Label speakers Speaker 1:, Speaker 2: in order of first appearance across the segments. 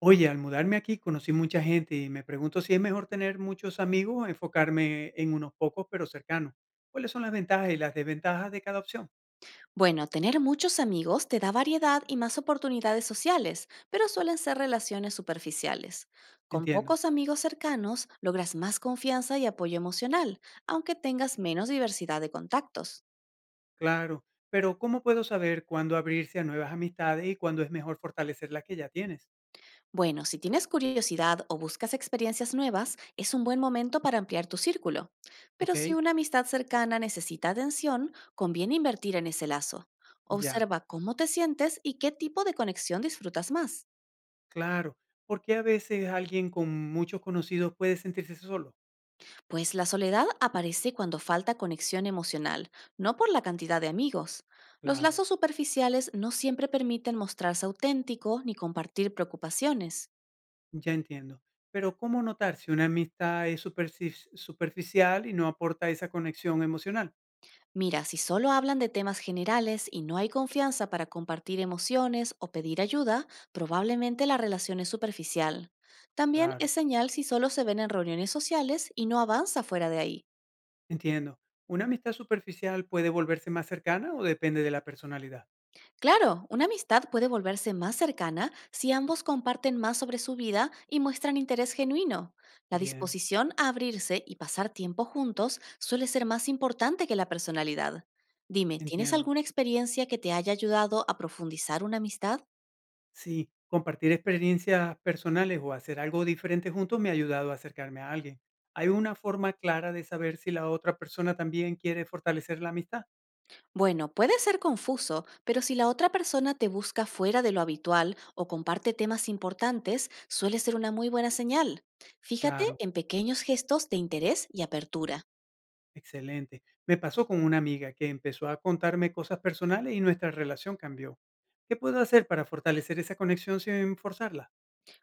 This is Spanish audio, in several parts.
Speaker 1: Oye, al mudarme aquí conocí mucha gente y me pregunto si es mejor tener muchos amigos o enfocarme en unos pocos pero cercanos. ¿Cuáles son las ventajas y las desventajas de cada opción?
Speaker 2: Bueno, tener muchos amigos te da variedad y más oportunidades sociales, pero suelen ser relaciones superficiales. Con
Speaker 1: Entiendo,
Speaker 2: pocos amigos cercanos logras más confianza y apoyo emocional, aunque tengas menos diversidad de contactos.
Speaker 1: claro, pero ¿cómo puedo saber cuándo abrirse a nuevas amistades y cuándo es mejor fortalecer las que ya tienes?
Speaker 2: Bueno, si tienes curiosidad o buscas experiencias nuevas, es un buen momento para ampliar tu círculo. Pero si
Speaker 1: Ok,
Speaker 2: una amistad cercana necesita atención, conviene invertir en ese lazo.
Speaker 1: ya,
Speaker 2: Observa cómo te sientes y qué tipo de conexión disfrutas más.
Speaker 1: claro. ¿Por qué a veces alguien con muchos conocidos puede sentirse solo?
Speaker 2: Pues la soledad aparece cuando falta conexión emocional, no por la cantidad de amigos. Los
Speaker 1: Claro,
Speaker 2: lazos superficiales no siempre permiten mostrarse auténtico ni compartir preocupaciones.
Speaker 1: ya entiendo. Pero ¿cómo notar si una amistad es superficial y no aporta esa conexión emocional?
Speaker 2: Mira, si solo hablan de temas generales y no hay confianza para compartir emociones o pedir ayuda, probablemente la relación es superficial. También es
Speaker 1: Claro.
Speaker 2: señal si solo se ven en reuniones sociales y no avanza fuera de ahí.
Speaker 1: Entiendo. ¿Una amistad superficial puede volverse más cercana o depende de la personalidad?
Speaker 2: Claro, una amistad puede volverse más cercana si ambos comparten más sobre su vida y muestran interés genuino. La
Speaker 1: Bien,
Speaker 2: disposición a abrirse y pasar tiempo juntos suele ser más importante que la personalidad. Dime, ¿tienes
Speaker 1: entiendo.
Speaker 2: alguna experiencia que te haya ayudado a profundizar una amistad?
Speaker 1: Sí, compartir experiencias personales o hacer algo diferente juntos me ha ayudado a acercarme a alguien. ¿Hay una forma clara de saber si la otra persona también quiere fortalecer la amistad?
Speaker 2: Bueno, puede ser confuso, pero si la otra persona te busca fuera de lo habitual o comparte temas importantes, suele ser una muy buena señal. Fíjate
Speaker 1: Claro,
Speaker 2: en pequeños gestos de interés y apertura.
Speaker 1: excelente. Me pasó con una amiga que empezó a contarme cosas personales y nuestra relación cambió. ¿Qué puedo hacer para fortalecer esa conexión sin forzarla?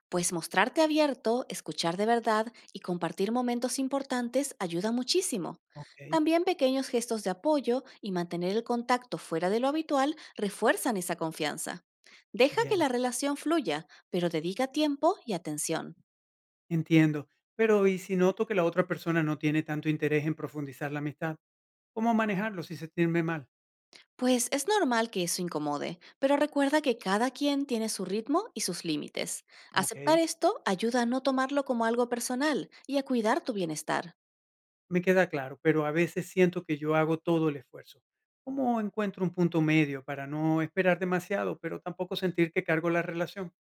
Speaker 2: Pues mostrarte abierto, escuchar de verdad y compartir momentos importantes ayuda muchísimo.
Speaker 1: Ok,
Speaker 2: También pequeños gestos de apoyo y mantener el contacto fuera de lo habitual refuerzan esa confianza. Deja que
Speaker 1: bien.
Speaker 2: la relación fluya, pero dedica tiempo y atención.
Speaker 1: Entiendo. Pero, ¿y si noto que la otra persona no tiene tanto interés en profundizar la amistad? ¿Cómo manejarlo sin sentirme mal?
Speaker 2: Pues es normal que eso incomode, pero recuerda que cada quien tiene su ritmo y sus límites.
Speaker 1: Ok,
Speaker 2: Aceptar esto ayuda a no tomarlo como algo personal y a cuidar tu bienestar.
Speaker 1: me queda claro, pero a veces siento que yo hago todo el esfuerzo. ¿Cómo encuentro un punto medio para no esperar demasiado, pero tampoco sentir que cargo la relación?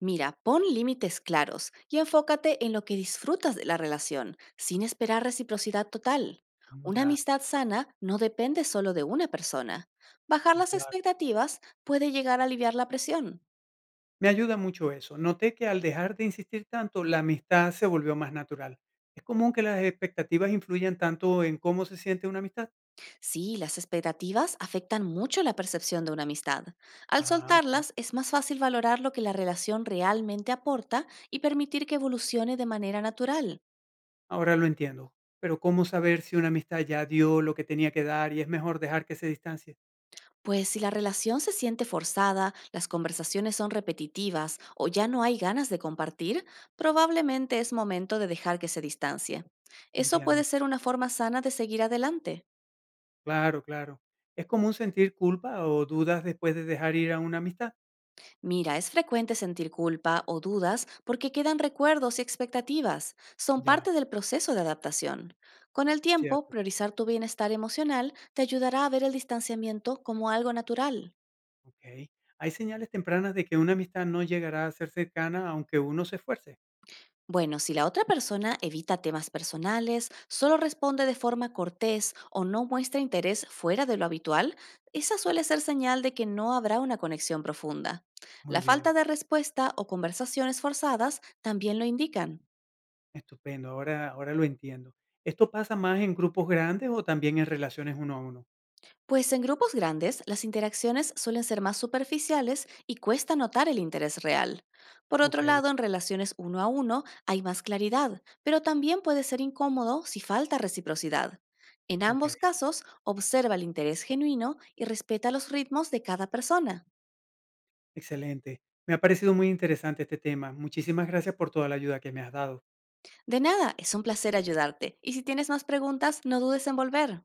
Speaker 2: Mira, pon límites claros y enfócate en lo que disfrutas de la relación, sin esperar reciprocidad total. Una
Speaker 1: Ya,
Speaker 2: amistad sana no depende solo de una persona. Bajar las
Speaker 1: claro.
Speaker 2: expectativas puede llegar a aliviar la presión.
Speaker 1: Me ayuda mucho eso. Noté que al dejar de insistir tanto, la amistad se volvió más natural. ¿Es común que las expectativas influyan tanto en cómo se siente una amistad?
Speaker 2: Sí, las expectativas afectan mucho la percepción de una amistad. Al
Speaker 1: Ah, ok.
Speaker 2: soltarlas es más fácil valorar lo que la relación realmente aporta y permitir que evolucione de manera natural.
Speaker 1: Ahora lo entiendo, pero ¿cómo saber si una amistad ya dio lo que tenía que dar y es mejor dejar que se distancie?
Speaker 2: Pues si la relación se siente forzada, las conversaciones son repetitivas o ya no hay ganas de compartir, probablemente es momento de dejar que se distancie. Eso puede
Speaker 1: Entiendo,
Speaker 2: ser una forma sana de seguir adelante.
Speaker 1: claro, claro. ¿Es común sentir culpa o dudas después de dejar ir a una amistad?
Speaker 2: Mira, es frecuente sentir culpa o dudas porque quedan recuerdos y expectativas. Son
Speaker 1: Ya,
Speaker 2: parte del proceso de adaptación. Con el tiempo,
Speaker 1: cierto,
Speaker 2: priorizar tu bienestar emocional te ayudará a ver el distanciamiento como algo natural.
Speaker 1: ok. ¿Hay señales tempranas de que una amistad no llegará a ser cercana aunque uno se esfuerce?
Speaker 2: Bueno, si la otra persona evita temas personales, solo responde de forma cortés o no muestra interés fuera de lo habitual, esa suele ser señal de que no habrá una conexión profunda. La
Speaker 1: Muy
Speaker 2: falta
Speaker 1: bien,
Speaker 2: de respuesta o conversaciones forzadas también lo indican.
Speaker 1: estupendo, ahora lo entiendo. ¿Esto pasa más en grupos grandes o también en relaciones uno a uno?
Speaker 2: Pues en grupos grandes, las interacciones suelen ser más superficiales y cuesta notar el interés real. Por otro
Speaker 1: Ok,
Speaker 2: lado, en relaciones uno a uno hay más claridad, pero también puede ser incómodo si falta reciprocidad. En
Speaker 1: ok,
Speaker 2: ambos casos, observa el interés genuino y respeta los ritmos de cada persona.
Speaker 1: excelente. Me ha parecido muy interesante este tema. Muchísimas gracias por toda la ayuda que me has dado.
Speaker 2: De nada, es un placer ayudarte, y si tienes más preguntas, no dudes en volver.